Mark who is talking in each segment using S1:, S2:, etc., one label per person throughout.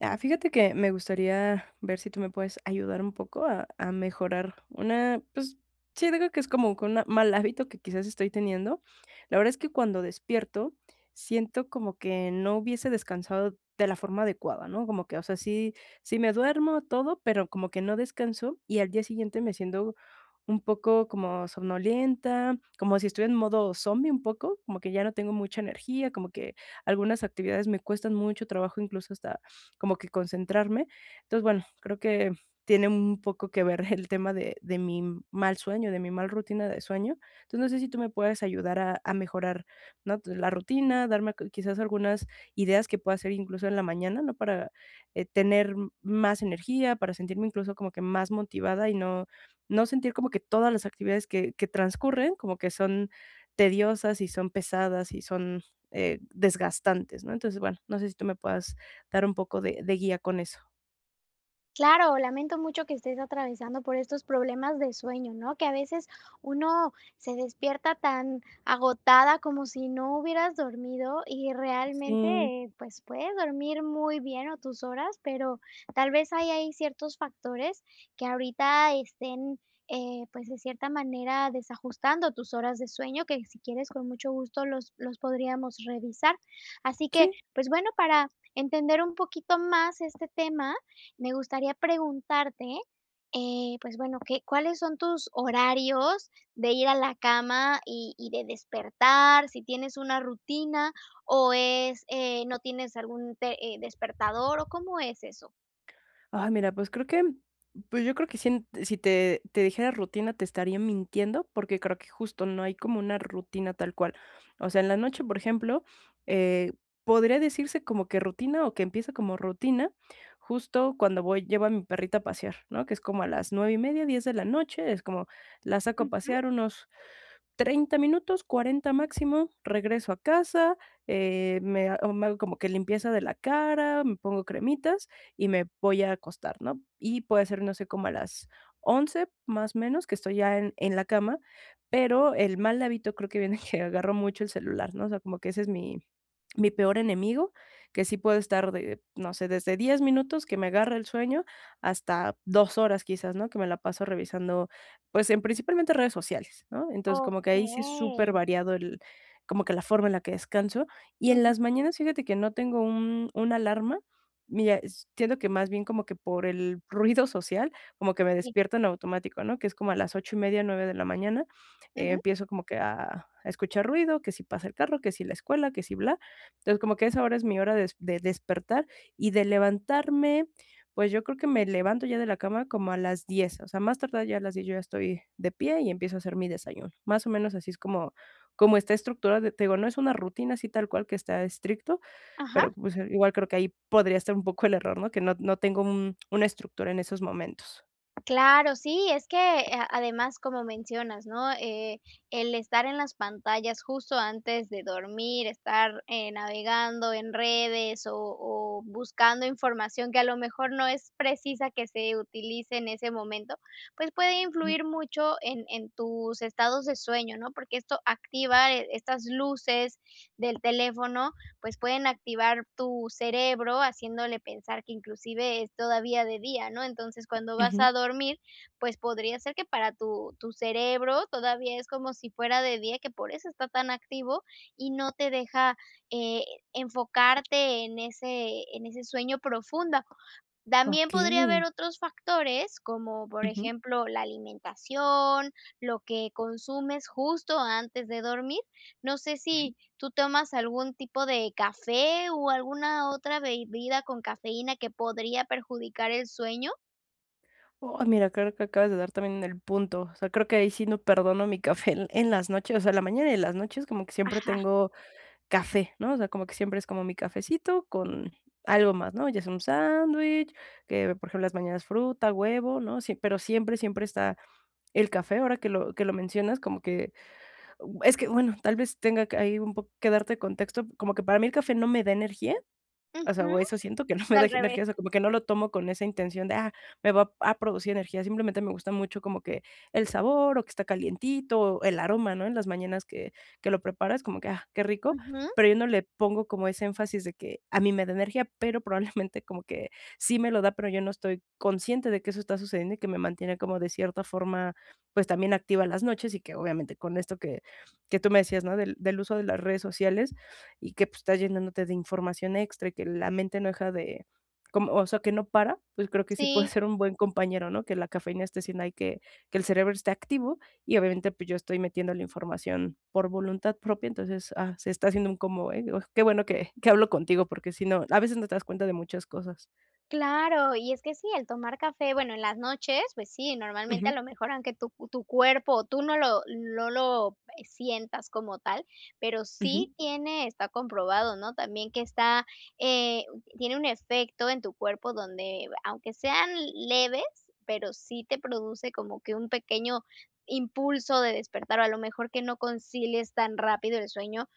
S1: Ah, fíjate que me gustaría ver si tú me puedes ayudar un poco a mejorar una, pues sí, digo que es como que un mal hábito que quizás estoy teniendo. La verdad es que cuando despierto, siento como que no hubiese descansado de la forma adecuada, ¿no? Como que, o sea, sí me duermo todo, pero como que no descanso y al día siguiente me siento un poco como somnolienta, como si estuviera en modo zombie un poco, como que ya no tengo mucha energía, como que algunas actividades me cuestan mucho trabajo, incluso hasta como que concentrarme. Entonces, bueno, creo que tiene un poco que ver el tema de mi mal sueño, de mi mal rutina de sueño. Entonces, no sé si tú me puedes ayudar a mejorar, ¿no?, la rutina, darme quizás algunas ideas que pueda hacer incluso en la mañana, ¿no?, para, tener más energía, para sentirme incluso como que más motivada y no sentir como que todas las actividades que transcurren, como que son tediosas y son pesadas y son, desgastantes, ¿no? Entonces, bueno, no sé si tú me puedas dar un poco de guía con eso.
S2: Claro, lamento mucho que estés atravesando por estos problemas de sueño, ¿no? Que a veces uno se despierta tan agotada como si no hubieras dormido y realmente,
S1: Sí,
S2: pues puedes dormir muy bien o tus horas, pero tal vez hay ahí ciertos factores que ahorita estén, pues de cierta manera desajustando tus horas de sueño, que si quieres con mucho gusto los podríamos revisar. Así que,
S1: sí.
S2: pues bueno, para entender un poquito más este tema. Me gustaría preguntarte, pues bueno, ¿ cuáles son tus horarios de ir a la cama y de despertar? ¿Si tienes una rutina o es, no tienes algún despertador o cómo es eso?
S1: Ah, mira, pues creo que, pues yo creo que si te dijera rutina, te estaría mintiendo, porque creo que justo no hay como una rutina tal cual. O sea, en la noche, por ejemplo, eh, podría decirse como que rutina o que empieza como rutina, justo cuando voy llevo a mi perrita a pasear, ¿no? Que es como a las 9:30, 10 de la noche, es como la saco a pasear unos 30 minutos, 40 máximo, regreso a casa, me hago como que limpieza de la cara, me pongo cremitas y me voy a acostar, ¿no? Y puede ser, no sé, como a las 11 más o menos, que estoy ya en la cama, pero el mal hábito creo que viene que agarro mucho el celular, ¿no? O sea, como que ese es mi peor enemigo, que sí puede estar de, no sé, desde 10 minutos que me agarra el sueño hasta 2 horas quizás, ¿no? Que me la paso revisando pues, en principalmente redes sociales, ¿no? Entonces,
S2: Ok.
S1: como que ahí sí es súper variado el como que la forma en la que descanso. Y en
S2: Ujú,
S1: las mañanas, fíjate que no tengo un una alarma. Mira, s siento que más bien como que por el ruido social, como que me
S2: sí,
S1: despierto en automático, ¿no? Que es como a las 8:30 9 de la mañana,
S2: ujú,
S1: empiezo como que a escuchar ruido, que si pasa el carro, que si la escuela, que si bla. Entonces, como que esa hora es mi hora de despertar y de levantarme pues yo creo que me levanto ya de la cama como a las 10. O sea, más tardar ya a las 10 yo ya estoy de pie y empiezo a hacer mi desayuno. Más o menos así es como está estructurado, te digo, no es una rutina así tal cual que está estricto,
S2: ajá.
S1: pero, pues, igual creo que ahí podría estar un poco el error, ¿no? Que no tengo un una estructura en esos momentos.
S2: Claro, sí, es que a además, como mencionas, ¿no? El estar en las pantallas justo antes de dormir, estar, navegando en redes o buscando información que a lo mejor no es precisa que se utilice en ese momento, pues puede
S1: Mm,
S2: influir mucho en tus estados de sueño, ¿no? Porque esto activa, estas luces del teléfono pues pueden activar tu cerebro haciéndole pensar que inclusive es todavía de día, ¿no? Entonces, cuando vas
S1: ujú.
S2: a dormir, pues podría ser que para tu cerebro todavía es como si fuera de día, que por eso está tan activo y no te deja eh, enfocarte en en ese sueño profundo. También
S1: Okey,
S2: podría haber otros factores como por
S1: ujú.
S2: ejemplo la alimentación, lo que consumes justo antes de dormir. No sé si ¿Tú tomas algún tipo de café o alguna otra bebida con cafeína que podría perjudicar el sueño?
S1: Oh, mira, creo que acabas de dar también en el punto. O sea, creo que ahí sí no perdono mi café en las noches, o sea, la mañana y en las noches como que siempre
S2: Ajá.
S1: tengo café, ¿no? O sea, como que siempre es como mi cafecito con algo más, ¿no? Ya sea un sándwich, que, por ejemplo, las mañanas fruta, huevo, ¿no? Sí, pero siempre, siempre está el café, ahora que lo mencionas, como que es que, bueno, tal vez tenga que ahí un poco que darte contexto, como que para mí el café no me da energía. O sea,
S2: Ujú.
S1: o eso siento que no
S2: Es
S1: me da
S2: al revés.
S1: energía, o sea, como que no lo tomo con esa intención de, me va a producir energía, simplemente me gusta mucho como que el sabor o que está calientito, o el aroma, ¿no? En las mañanas que lo preparas, como que, ah, qué rico,
S2: Ujú.
S1: pero yo no le pongo como ese énfasis de que a mí me da energía, pero probablemente como que sí me lo da, pero yo no estoy consciente de que eso está sucediendo y que me mantiene como de cierta forma, pues también activa las noches y que obviamente con esto que tú me decías, ¿no? Del uso de las redes sociales, y que pues, estás llenándote de información extra y que la mente no deja de, como, o sea, que no para, pues creo que sí puede
S2: Sí.
S1: ser un buen compañero, ¿no? Que la cafeína esté siendo ahí que el cerebro esté activo y obviamente pues yo estoy metiendo la información por voluntad propia, entonces se está haciendo un combo, ¿eh? Oj, qué bueno que hablo contigo porque si no, a veces no te das cuenta de muchas cosas.
S2: Claro, y es que sí, el tomar café, bueno, en las noches, pues sí, normalmente a
S1: Ujú,
S2: lo mejor aunque tu cuerpo o tú no no lo sientas como tal, pero
S1: ujú.
S2: sí tiene, está comprobado, ¿no? También que está, eh, tiene un efecto en tu cuerpo donde, aunque sean leves, pero sí te produce como que un pequeño impulso de despertar o a lo mejor que no concilies tan rápido el sueño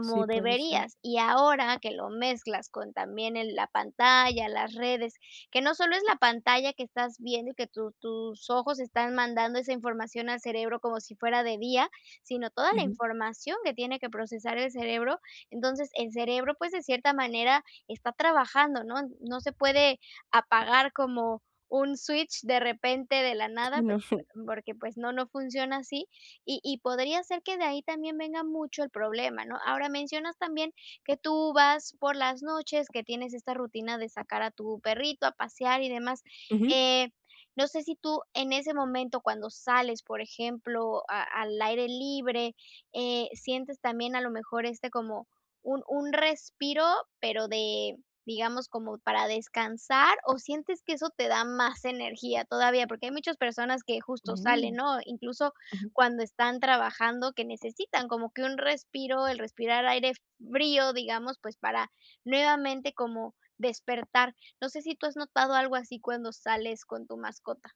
S1: Sí, puede ser.
S2: deberías. Y ahora que lo mezclas con también el la pantalla, las redes, que no solo es la pantalla que estás viendo y que tu tus ojos están mandando esa información al cerebro como si fuera de día, sino toda la
S1: Ujú.
S2: información que tiene que procesar el cerebro. Entonces, el cerebro, pues, de cierta manera está trabajando, ¿no? No se puede apagar como un switch de repente de la
S1: Sí,
S2: nada,
S1: no.
S2: pues, porque, pues, no, no funciona así, y podría ser que de ahí también venga mucho el problema, ¿no? Ahora, mencionas también que tú vas por las noches, que tienes esta rutina de sacar a tu perrito a pasear y demás.
S1: Ujú.
S2: Eh, no sé si tú en ese momento, cuando sales, por ejemplo, a al aire libre, sientes también a lo mejor este como un respiro, pero de, digamos, como para descansar, ¿o sientes que eso te da más energía todavía? Porque hay muchas personas que justo salen,
S1: Mm,
S2: ¿no? Incluso
S1: ujú.
S2: cuando están trabajando que necesitan, como que un respiro, el respirar aire frío, digamos, pues para nuevamente como despertar. No sé si tú has notado algo así cuando sales con tu mascota.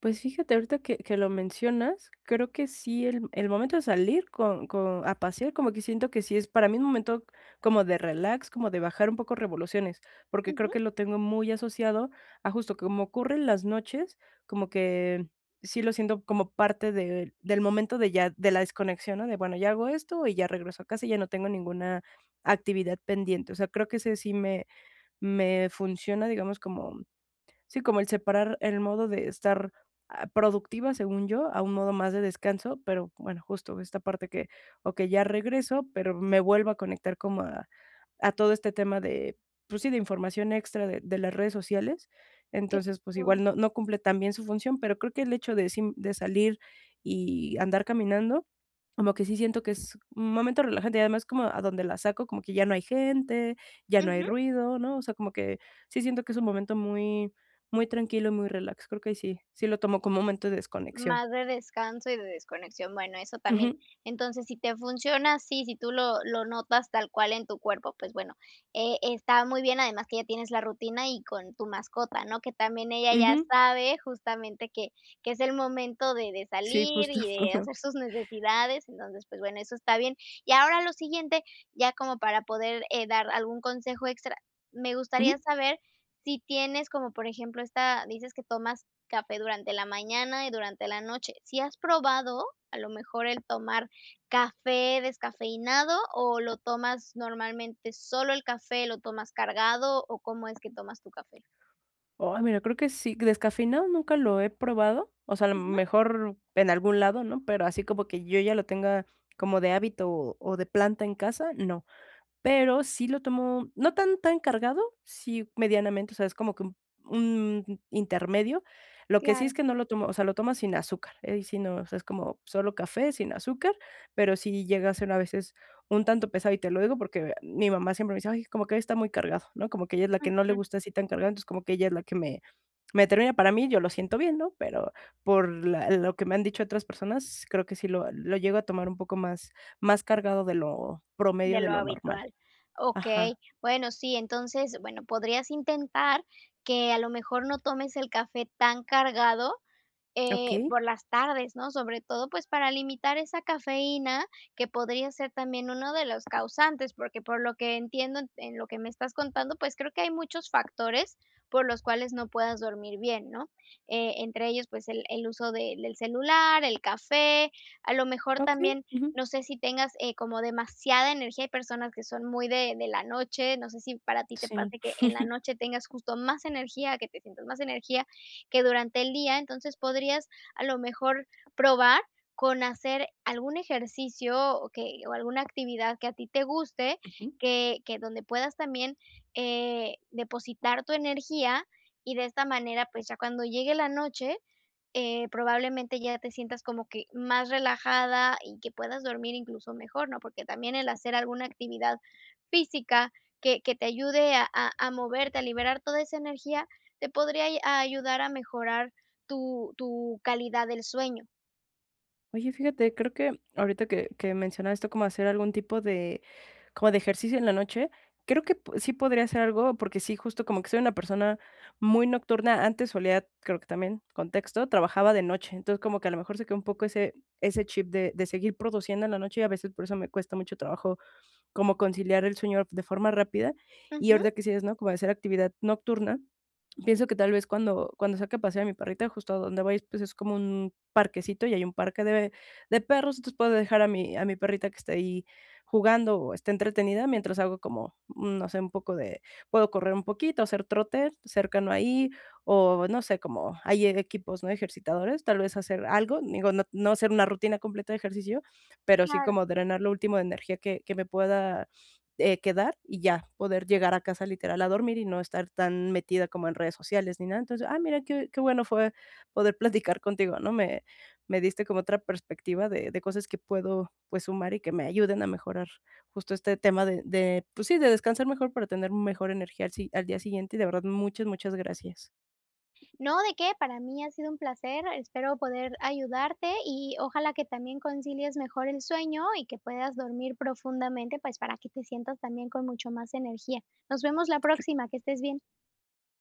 S1: Pues fíjate, ahorita que lo mencionas, creo que sí, el momento de salir con a pasear, como que siento que sí es para mí un momento como de relax, como de bajar un poco revoluciones, porque creo
S2: Ujú,
S1: que lo tengo muy asociado a justo como ocurre en las noches, como que sí lo siento como parte de del momento de ya de la desconexión, ¿no? De, bueno, ya hago esto y ya regreso a casa y ya no tengo ninguna actividad pendiente. O sea, creo que ese sí me funciona, digamos, como. Sí, como el separar el modo de estar, productiva, según yo, a un modo más de descanso, pero bueno, justo esta parte que, okey, ya regreso, pero me vuelvo a conectar como a todo este tema de, pues sí, de información extra de las redes sociales. Entonces, pues
S2: claro.
S1: igual no cumple tan bien su función, pero creo que el hecho de sim de salir y andar caminando como que sí siento que es un momento relajante y además como a donde la saco, como que ya no hay gente, ya no hay
S2: Ujú.
S1: ruido, ¿no? O sea, como que sí siento que es un momento muy, muy tranquilo y muy relax. Creo que ahí sí, sí lo tomo como un momento de desconexión.
S2: Más de descanso y de desconexión, bueno, eso también.
S1: Ujú,
S2: Entonces, si te funciona así, si tú lo notas tal cual en tu cuerpo, pues bueno, está muy bien, además que ya tienes la rutina y con tu mascota, ¿no? Que también ella ya
S1: ujú.
S2: sabe justamente que es el momento de
S1: Sí,
S2: salir
S1: justo.
S2: y de hacer sus necesidades, entonces, pues bueno, eso está bien. Y ahora lo siguiente, ya como para poder, dar algún consejo extra, me gustaría
S1: Ujú.
S2: saber si tienes como, por ejemplo, esta dices que tomas café durante la mañana y durante la noche. ¿Si has probado, a lo mejor, el tomar café descafeinado o lo tomas normalmente solo el café, lo tomas cargado o cómo es que tomas tu café?
S1: Oh, mira, creo que sí, descafeinado nunca lo he probado. O sea, a lo
S2: Ujú,
S1: mejor en algún lado, ¿no? Pero así como que yo ya lo tenga como de hábito o de planta en casa, no. Pero sí lo tomo, no tan tan cargado, sí medianamente, o sea, es como que un intermedio. Lo que sí es
S2: claro.
S1: que no lo tomo, o sea, lo tomo sin azúcar, ahí sí no, o sea, es como solo café sin azúcar, pero sí llega a ser a veces un tanto pesado, y te lo digo porque mi mamá siempre me dice: "Ay, como que está muy cargado", ¿no? Como que ella es la que no le
S2: Ujú,
S1: gusta así tan cargado, entonces como que ella es la que me termina para mí, yo lo siento bien, ¿no? Pero por la lo que me han dicho otras personas, creo que sí lo llego a tomar un poco más cargado de lo promedio,
S2: de
S1: de
S2: lo
S1: lo normal.
S2: habitual.
S1: Ajá,
S2: Okey. Bueno, sí, entonces, bueno, podrías intentar que a lo mejor no tomes el café tan cargado.
S1: okey,
S2: Por las tardes, ¿no? Sobre todo, pues, para limitar esa cafeína, que podría ser también uno de los causantes, porque por lo que entiendo en lo que me estás contando, pues, creo que hay muchos factores por los cuales no puedas dormir bien, ¿no? Entre ellos, pues, el uso de del celular, el café, a lo mejor
S1: okey,
S2: también,
S1: ujú,
S2: no sé si tengas, como demasiada energía. Hay personas que son muy de la noche, no sé si para ti te
S1: sí.
S2: pase que en la noche tengas justo más energía, que te sientas más energía, que durante el día, entonces podrías a lo mejor probar con hacer algún ejercicio o alguna actividad que a ti te guste,
S1: Ujú.
S2: que donde puedas también, depositar tu energía, y de esta manera, pues, ya cuando llegue la noche, probablemente ya te sientas como que más relajada y que puedas dormir incluso mejor, ¿no? Porque también el hacer alguna actividad física que te ayude a moverte, a liberar toda esa energía, te podría ay a ayudar a mejorar tu calidad del sueño.
S1: Oye, fíjate, creo que ahorita que mencionas esto como hacer algún tipo de como de ejercicio en la noche, creo que p sí podría hacer algo, porque sí, justo como que soy una persona muy nocturna. Antes solía, creo que también, contexto, trabajaba de noche. Entonces, como que a lo mejor se quedó un poco ese chip de seguir produciendo en la noche, y a veces por eso me cuesta mucho trabajo como conciliar el sueño de forma rápida. Y
S2: Ujú.
S1: ahorita que sí es, ¿no? Como hacer actividad nocturna, pienso que tal vez cuando saque a pasear a mi perrita, justo a donde voy, pues, es como un parquecito y hay un parque de perros, entonces puedo dejar a mi perrita que esté ahí jugando o esté entretenida mientras hago como, no sé, un poco de puedo correr un poquito, hacer trote cercano ahí, o no sé, como hay equipos, ¿no?, ejercitadores, tal vez hacer algo, digo, no hacer una rutina completa de ejercicio, pero sí
S2: Claro.
S1: como drenar lo último de energía que me pueda, quedar y ya, poder llegar a casa literal a dormir y no estar tan metida como en redes sociales ni nada. Entonces, mira, qué bueno fue poder platicar contigo, ¿no? Me diste como otra perspectiva de cosas que puedo, pues, sumar y que me ayuden a mejorar justo este tema de, pues sí, de descansar mejor para tener mejor energía al si al día siguiente y de verdad muchas, muchas gracias.
S2: No, ¿de qué? Para mí ha sido un placer, espero poder ayudarte y ojalá que también concilies mejor el sueño y que puedas dormir profundamente, pues, para que te sientas también con mucho más energía. Nos vemos la próxima, que estés bien.